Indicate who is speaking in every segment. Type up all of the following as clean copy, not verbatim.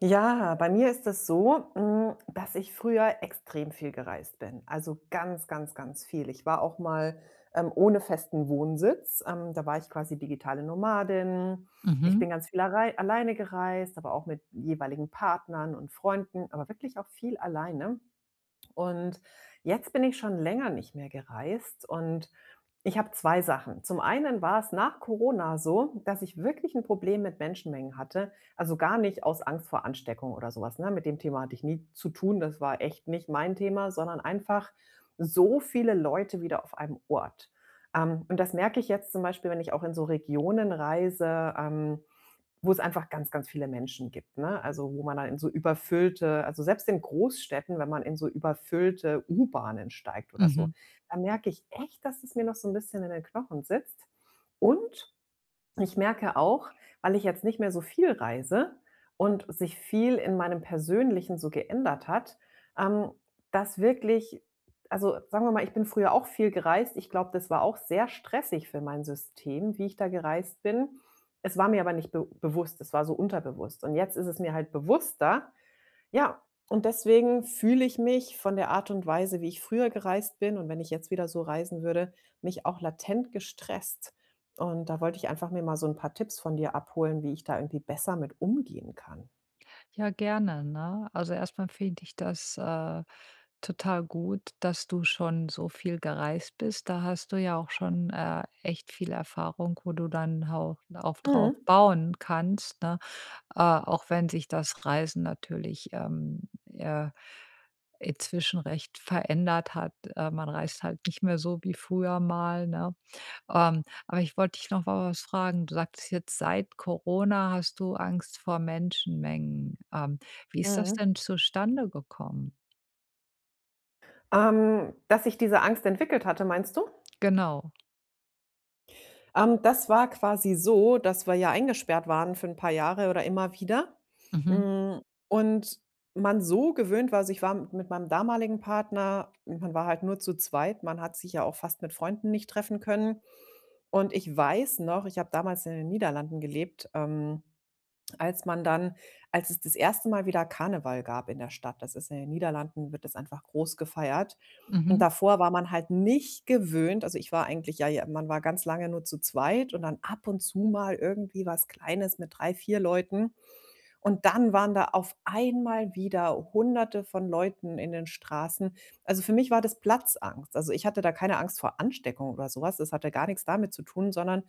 Speaker 1: Ja, bei mir ist es so, dass ich früher extrem viel gereist bin. Also ganz, ganz, ganz viel. Ich war auch mal, ohne festen Wohnsitz. Da war ich quasi digitale Nomadin. Ich
Speaker 2: Mhm,
Speaker 1: bin ganz viel arei alleine gereist, aber auch mit jeweiligen Partnern und Freunden, aber wirklich auch viel alleine. Und jetzt bin ich schon länger nicht mehr gereist und ich habe 2 Sachen. Zum einen war es nach Corona so, dass ich wirklich ein Problem mit Menschenmengen hatte, also gar nicht aus Angst vor Ansteckung oder sowas, ne? Mit dem Thema hatte ich nie zu tun, das war echt nicht mein Thema, sondern einfach so viele Leute wieder auf einem Ort. Und das merke ich jetzt zum Beispiel, wenn ich auch in so Regionen reise, wo es einfach ganz, ganz viele Menschen gibt, ne? Also, wo man dann in so überfüllte also, selbst in Großstädten, wenn man in so überfüllte U-Bahnen steigt oder so,
Speaker 2: mhm.
Speaker 1: da merke ich echt, dass es mir noch so ein bisschen in den Knochen sitzt und ich merke auch, weil ich jetzt nicht mehr so viel reise und sich viel in meinem Persönlichen so geändert hat, ähm, dass wirklich also sagen wir mal, ich bin früher auch viel gereist. Ich glaube, das war auch sehr stressig für mein System, wie ich da gereist bin. Es war mir aber nicht be bewusst, es war so unterbewusst. Und jetzt ist es mir halt bewusster, ja, und deswegen fühle ich mich von der Art und Weise, wie ich früher gereist bin und wenn ich jetzt wieder so reisen würde, mich auch latent gestresst. Und da wollte ich einfach mir mal so ein paar Tipps von dir abholen, wie ich da irgendwie besser mit umgehen kann.
Speaker 2: Ja, gerne, ne? Also, erstmal finde ich das, total gut, dass du schon so viel gereist bist. Da hast du ja auch schon, echt viel Erfahrung, wo du dann auch drauf
Speaker 1: Mhm,
Speaker 2: bauen kannst, ne? Auch wenn sich das Reisen natürlich, inzwischen recht verändert hat. Man reist halt nicht mehr so wie früher mal, ne? Aber ich wollte dich noch mal was fragen. Du sagtest jetzt, seit Corona hast du Angst vor Menschenmengen. Wie ist das
Speaker 1: mhm.
Speaker 2: denn zustande gekommen?
Speaker 1: Dass ich diese Angst entwickelt hatte, meinst du?
Speaker 2: Genau.
Speaker 1: Das war quasi so, dass wir ja eingesperrt waren für 'n paar Jahre oder immer wieder,
Speaker 2: Mhm.
Speaker 1: hm, und man so gewöhnt war, also ich war m mit meinem damaligen Partner, man war halt nur zu zweit, man hat sich ja auch fast mit Freunden nicht treffen können. Und ich weiß noch, ich habe damals in den Niederlanden gelebt, als man dann als es das erste Mal wieder Karneval gab in der Stadt. Das ist ja, in den Niederlanden wird das einfach groß gefeiert. Und
Speaker 2: Mhm.
Speaker 1: davor war man halt nicht gewöhnt, also ich war eigentlich ja, ja, man war ganz lange nur zu zweit und dann ab und zu mal irgendwie was Kleines mit drei, 4 Leuten. Und dann waren da auf einmal wieder Hunderte von Leuten in den Straßen. Also, für mich war das Platzangst. Also, ich hatte da keine Angst vor Ansteckung oder sowas. Was. Das hatte gar nichts damit zu tun, sondern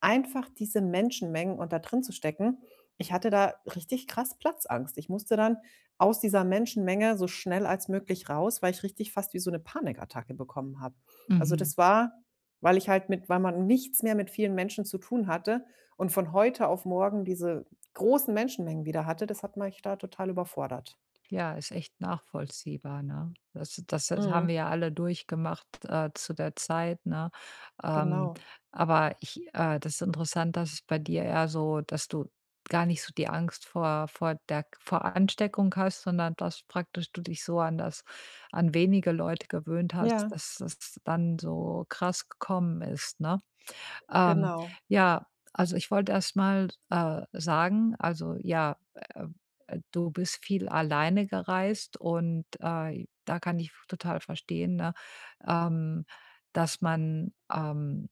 Speaker 1: einfach diese Menschenmengen und da drin zu stecken. Ich hatte da richtig krass Platzangst. Ich musste dann aus dieser Menschenmenge so schnell als möglich raus, weil ich richtig fast wie so eine Panikattacke bekommen habe. Also,
Speaker 2: Mhm.
Speaker 1: das war, weil man nichts mehr mit vielen Menschen zu tun hatte und von heute auf morgen diese großen Menschenmengen wieder hatte, das hat mich da total überfordert.
Speaker 2: Ja, ist echt nachvollziehbar, ne? Das haben
Speaker 1: Mhm.
Speaker 2: wir ja alle durchgemacht, zu der Zeit, ne? Ähm,
Speaker 1: Genau.
Speaker 2: aber ich Das ist interessant, dass es bei dir eher so, dass du gar nicht so die Angst vor Ansteckung hast, sondern dass praktisch du dich so an das an wenige Leute gewöhnt hast,
Speaker 1: Ja,
Speaker 2: dass das dann so krass gekommen ist, ne? Ähm,
Speaker 1: genau.
Speaker 2: ja, also ich wollte erst mal, sagen, also ja, du bist viel alleine gereist und, da kann ich total verstehen, ne, ähm, dass man,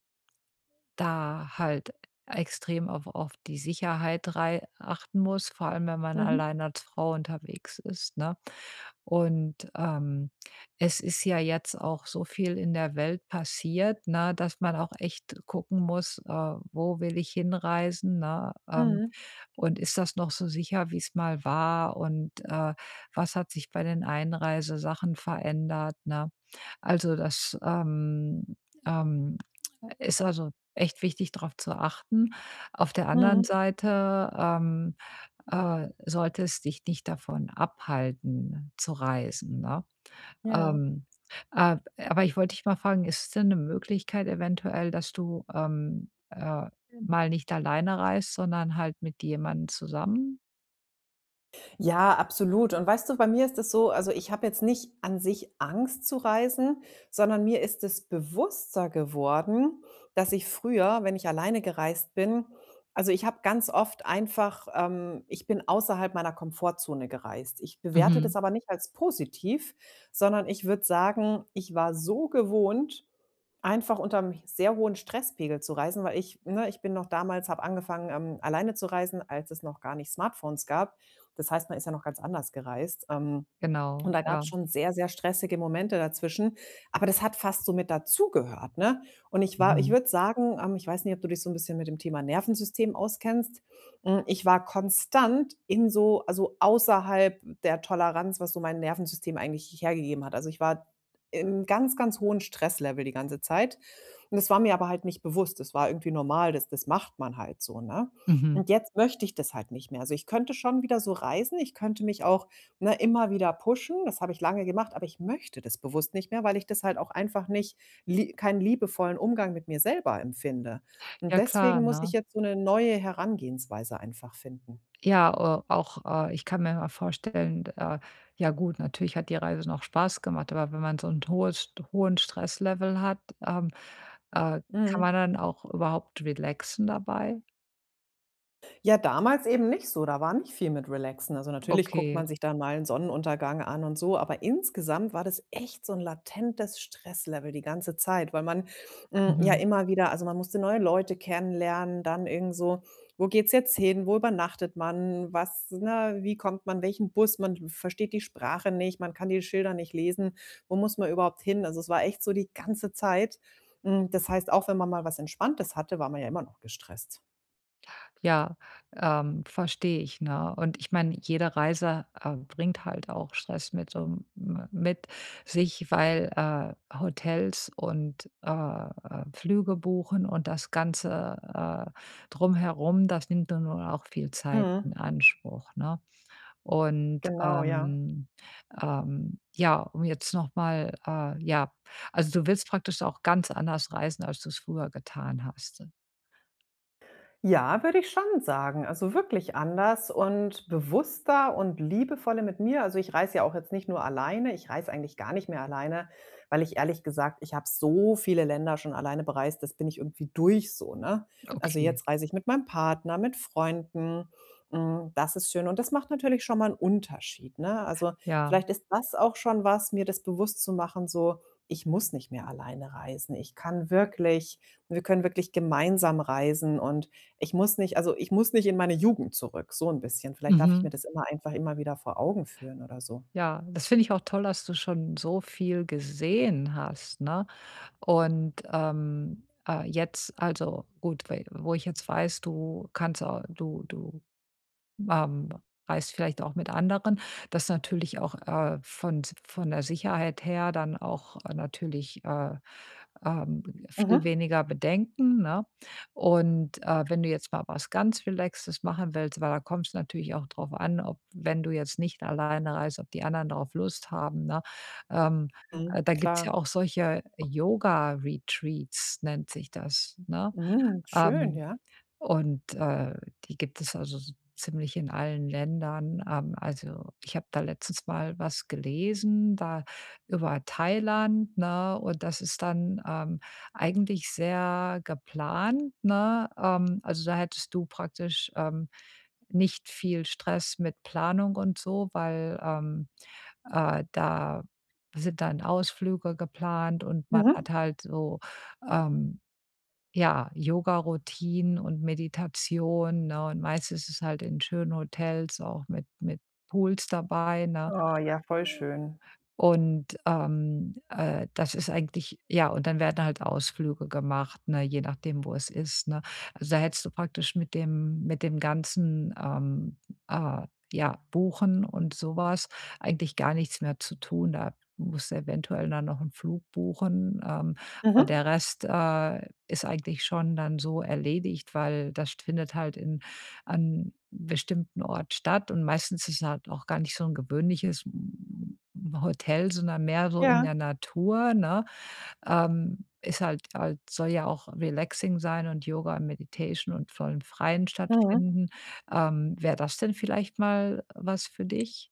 Speaker 2: da halt extrem auf die Sicherheit rei achten muss, vor allem wenn man
Speaker 1: Mhm.
Speaker 2: allein als Frau unterwegs ist, ne? Und, es ist ja jetzt auch so viel in der Welt passiert, ne, dass man auch echt gucken muss, wo will ich hinreisen, ne?
Speaker 1: Mhm.
Speaker 2: Und ist das noch so sicher, wie es mal war? Und, was hat sich bei den Einreisesachen verändert, ne? Also, ähm, ist also echt wichtig, darauf zu achten. Auf der anderen
Speaker 1: Mhm.
Speaker 2: Seite, sollte es dich nicht davon abhalten, zu reisen, ne?
Speaker 1: Ja.
Speaker 2: Ähm, ab aber ich wollte dich mal fragen, ist es denn eine Möglichkeit eventuell, dass du, mal nicht alleine reist, sondern halt mit jemandem zusammen?
Speaker 1: Ja, absolut. Und weißt du, bei mir ist es so, also ich habe jetzt nicht an sich Angst zu reisen, sondern mir ist es bewusster geworden, dass ich früher, wenn ich alleine gereist bin, also ich habe ganz oft einfach, ich bin außerhalb meiner Komfortzone gereist. Ich bewerte
Speaker 2: Mhm.
Speaker 1: das aber nicht als positiv, sondern ich würde sagen, ich war so gewohnt, einfach unterm sehr hohen Stresspegel zu reisen, weil ich, ne, ich bin noch, damals habe angefangen, alleine zu reisen, als es noch gar nicht Smartphones gab. Das heißt, man ist ja noch ganz anders gereist. Ähm,
Speaker 2: Genau,
Speaker 1: und da gab
Speaker 2: ja.
Speaker 1: es schon sehr, sehr stressige Momente dazwischen, aber das hat fast so mit dazugehört, ne? Und ich
Speaker 2: Mhm,
Speaker 1: würde sagen, ich weiß nicht, ob du dich so ein bisschen mit dem Thema Nervensystem auskennst. Ich war konstant in so, außerhalb der Toleranz, was so mein Nervensystem eigentlich hergegeben hat. Also, ich war im ganz, ganz hohen Stresslevel die ganze Zeit und das war mir aber halt nicht bewusst. Das war irgendwie normal, das macht man halt so, ne?
Speaker 2: mhm.
Speaker 1: Und jetzt möchte ich das halt nicht mehr. Also, ich könnte schon wieder so reisen, ich könnte mich auch, ne, immer wieder pushen, das habe ich lange gemacht, aber ich möchte das bewusst nicht mehr, weil ich das halt auch einfach nicht, lie keinen liebevollen Umgang mit mir selber empfinde. Und
Speaker 2: Ja
Speaker 1: deswegen
Speaker 2: klar,
Speaker 1: muss ich
Speaker 2: ne?
Speaker 1: jetzt so eine neue Herangehensweise einfach finden.
Speaker 2: Ich kann mir mal vorstellen, ja gut, natürlich hat die Reise noch Spaß gemacht, aber wenn man so 'n hohes hohen Stresslevel hat, ähm, äh, kann
Speaker 1: Mhm.
Speaker 2: man dann auch überhaupt relaxen dabei?
Speaker 1: Ja, damals eben nicht so, da war nicht viel mit Relaxen. Also, natürlich guckt
Speaker 2: Okay.
Speaker 1: man sich dann mal einen Sonnenuntergang an und so, aber insgesamt war das echt so ein latentes Stresslevel die ganze Zeit, weil man, ja
Speaker 2: Mhm.
Speaker 1: immer wieder, also man musste neue Leute kennenlernen, dann irgend so: Wo geht's jetzt hin? Wo übernachtet man? Was, ne, wie kommt man, welchen Bus? Man versteht die Sprache nicht, man kann die Schilder nicht lesen. Wo muss man überhaupt hin? Also, es war echt so die ganze Zeit. Das heißt, auch wenn man mal was Entspanntes hatte, war man ja immer noch gestresst.
Speaker 2: Ja, verstehe ich, ne? Und ich meine, jede Reise, bringt halt auch Stress mit um m mit sich, weil, Hotels und, Flüge buchen und das Ganze, äh, drumherum, das nimmt dann nun auch viel Zeit in
Speaker 1: Mhm.
Speaker 2: Anspruch, ne? Und,
Speaker 1: Genau, ja.
Speaker 2: ähm, ja, um jetzt noch mal, ja, also, du willst praktisch auch ganz anders reisen, als du es früher getan hast.
Speaker 1: Ja, würde ich schon sagen. Also wirklich anders und bewusster und liebevoller mit mir. Also ich reise ja auch jetzt nicht nur alleine, ich reise eigentlich gar nicht mehr alleine, weil ich, ehrlich gesagt, ich habe so viele Länder schon alleine bereist, das bin ich irgendwie durch so, ne? Also
Speaker 2: Okay,
Speaker 1: jetzt reise ich mit meinem Partner, mit Freunden. Das ist schön und das macht natürlich schon mal einen Unterschied, ne? Also
Speaker 2: ja.
Speaker 1: vielleicht ist das auch schon was, mir das bewusst zu machen, so: Ich muss nicht mehr alleine reisen. Ich kann wirklich, wir können wirklich gemeinsam reisen und ich muss nicht in meine Jugend zurück, so 'n bisschen. Vielleicht darf ich mir
Speaker 2: Mhm.
Speaker 1: das immer einfach immer wieder vor Augen führen oder so.
Speaker 2: Ja, das finde ich auch toll, dass du schon so viel gesehen hast, ne? Und, jetzt also gut, we wo ich jetzt weiß, du kannst au du du ähm, reist vielleicht auch mit anderen, dass natürlich auch, von s von der Sicherheit her dann auch, natürlich, ähm, viel
Speaker 1: Mhm.
Speaker 2: weniger Bedenken, ne? Und, wenn du jetzt mal was ganz Relaxes machen willst, weil da kommt es natürlich auch drauf an, ob, wenn du jetzt nicht alleine reist, ob die anderen darauf Lust haben, ne? Ähm,
Speaker 1: Mhm.
Speaker 2: Da gibt's ja
Speaker 1: Klar.
Speaker 2: auch solche Yoga-Retreats, nennt sich das, ne?
Speaker 1: Mhm. Schön,
Speaker 2: Ähm
Speaker 1: ja.
Speaker 2: und, äh, Die gibt es also s ziemlich in allen Ländern. Also, ich habe da letztens mal was gelesen, da über Thailand, ne? Und das ist dann, eigentlich sehr geplant, ne? Also, da hättest du praktisch, nicht viel Stress mit Planung und so, weil, da sind dann Ausflüge geplant und man
Speaker 1: Mhm.
Speaker 2: hat halt so, ähm ja, Yoga-Routinen und Meditation, ne? Und meist ist es halt in schönen Hotels auch mit Pools dabei, ne?
Speaker 1: Oh ja, voll schön.
Speaker 2: Und, das ist eigentlich ja, und dann werden halt Ausflüge gemacht, ne, je nachdem, wo es ist, ne? Also, da hättest du praktisch mit dem ganzen, äh, ja, Buchen und sowas eigentlich gar nichts mehr zu tun. Da musst du eventuell dann noch 'n Flug buchen, aber
Speaker 1: Mhm.
Speaker 2: der Rest, ist eigentlich schon dann so erledigt, weil das findet halt in an bestimmten Ort statt, und meistens ist es halt auch gar nicht so ein gewöhnliches Hotel, sondern mehr so in
Speaker 1: Ja.
Speaker 2: der Natur, ne? Ist halt soll ja auch relaxing sein und Yoga und Meditation und voll im Freien
Speaker 1: Mhm.
Speaker 2: stattfinden. Wäre das denn vielleicht mal was für dich?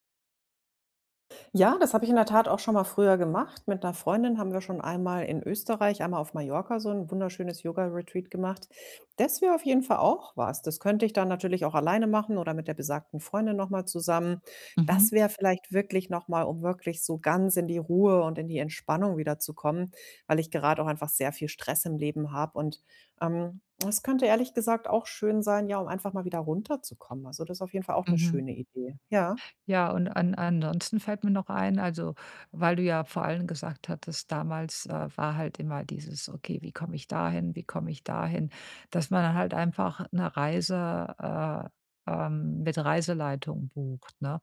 Speaker 1: Ja, das habe ich in der Tat auch schon mal früher gemacht. Mit einer Freundin haben wir schon einmal in Österreich, einmal auf Mallorca so ein wunderschönes Yoga-Retreat gemacht. Das wäre auf jeden Fall auch was. Das könnte ich dann natürlich auch alleine machen oder mit der besagten Freundin noch mal zusammen.
Speaker 2: Mhm,
Speaker 1: Das wäre vielleicht wirklich noch mal, um wirklich so ganz in die Ruhe und in die Entspannung wieder zu kommen, weil ich gerade auch einfach sehr viel Stress im Leben habe und, das könnte ehrlich gesagt auch schön sein, ja, um einfach mal wieder runterzukommen. Also, das ist auf jeden Fall auch eine
Speaker 2: mhm.
Speaker 1: schöne Idee. Ja.
Speaker 2: Ja, und an ansonsten fällt mir noch ein, also, weil du ja vor allem gesagt hattest, damals, war halt immer dieses: „Okay, wie komme ich dahin? Wie komme ich dahin?“ Dass man halt einfach eine Reise, mit Reiseleitung bucht, ne?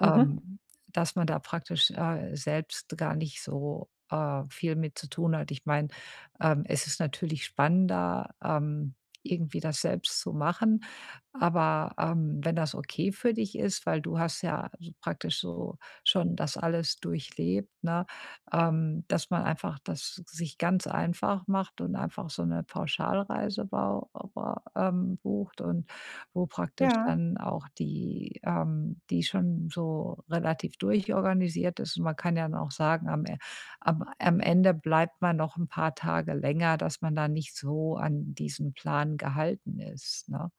Speaker 1: Mhm.
Speaker 2: ähm, Dass man da praktisch, selbst gar nicht so, viel mit zu tun hat. Ich meine, es ist natürlich spannender, irgendwie das selbst zu machen, aber, wenn das okay für dich ist, weil du hast ja so praktisch so schon das alles durchlebt, ne, dass man einfach das sich ganz einfach macht und einfach so eine Pauschalreise bucht und wo praktisch
Speaker 1: Ja.
Speaker 2: dann auch die die schon so relativ durchorganisiert ist. Und man kann ja dann auch sagen, am E am am Ende bleibt man noch ein paar Tage länger, dass man da nicht so an diesen Plan gehalten ist, ne?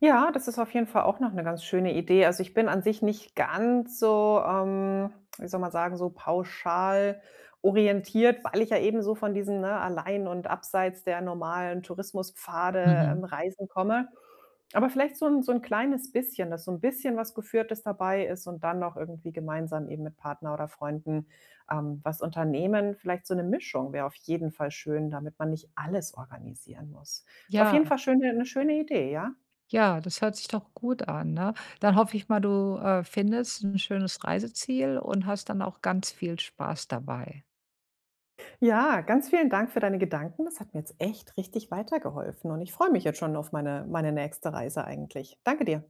Speaker 1: Ja, das ist auf jeden Fall auch noch eine ganz schöne Idee. Also, ich bin an sich nicht ganz so, wie soll man sagen, so pauschal orientiert, weil ich ja eben so von diesen, ne, allein und abseits der normalen Tourismuspfade,
Speaker 2: Mhm.
Speaker 1: Reisen komme. Aber vielleicht so ein kleines bisschen, dass so ein bisschen was Geführtes dabei ist und dann noch irgendwie gemeinsam eben mit Partner oder Freunden, was unternehmen. Vielleicht so eine Mischung wäre auf jeden Fall schön, damit man nicht alles organisieren muss. Ist auf
Speaker 2: Ja,
Speaker 1: jeden Fall schöne 'ne schöne Idee, ja?
Speaker 2: ja, das hört sich doch gut an, ne? Dann hoffe ich mal, du, findest ein schönes Reiseziel und hast dann auch ganz viel Spaß dabei.
Speaker 1: Ja, ganz vielen Dank für deine Gedanken. Das hat mir jetzt echt richtig weitergeholfen und ich freue mich jetzt schon auf meine nächste Reise eigentlich. Danke dir.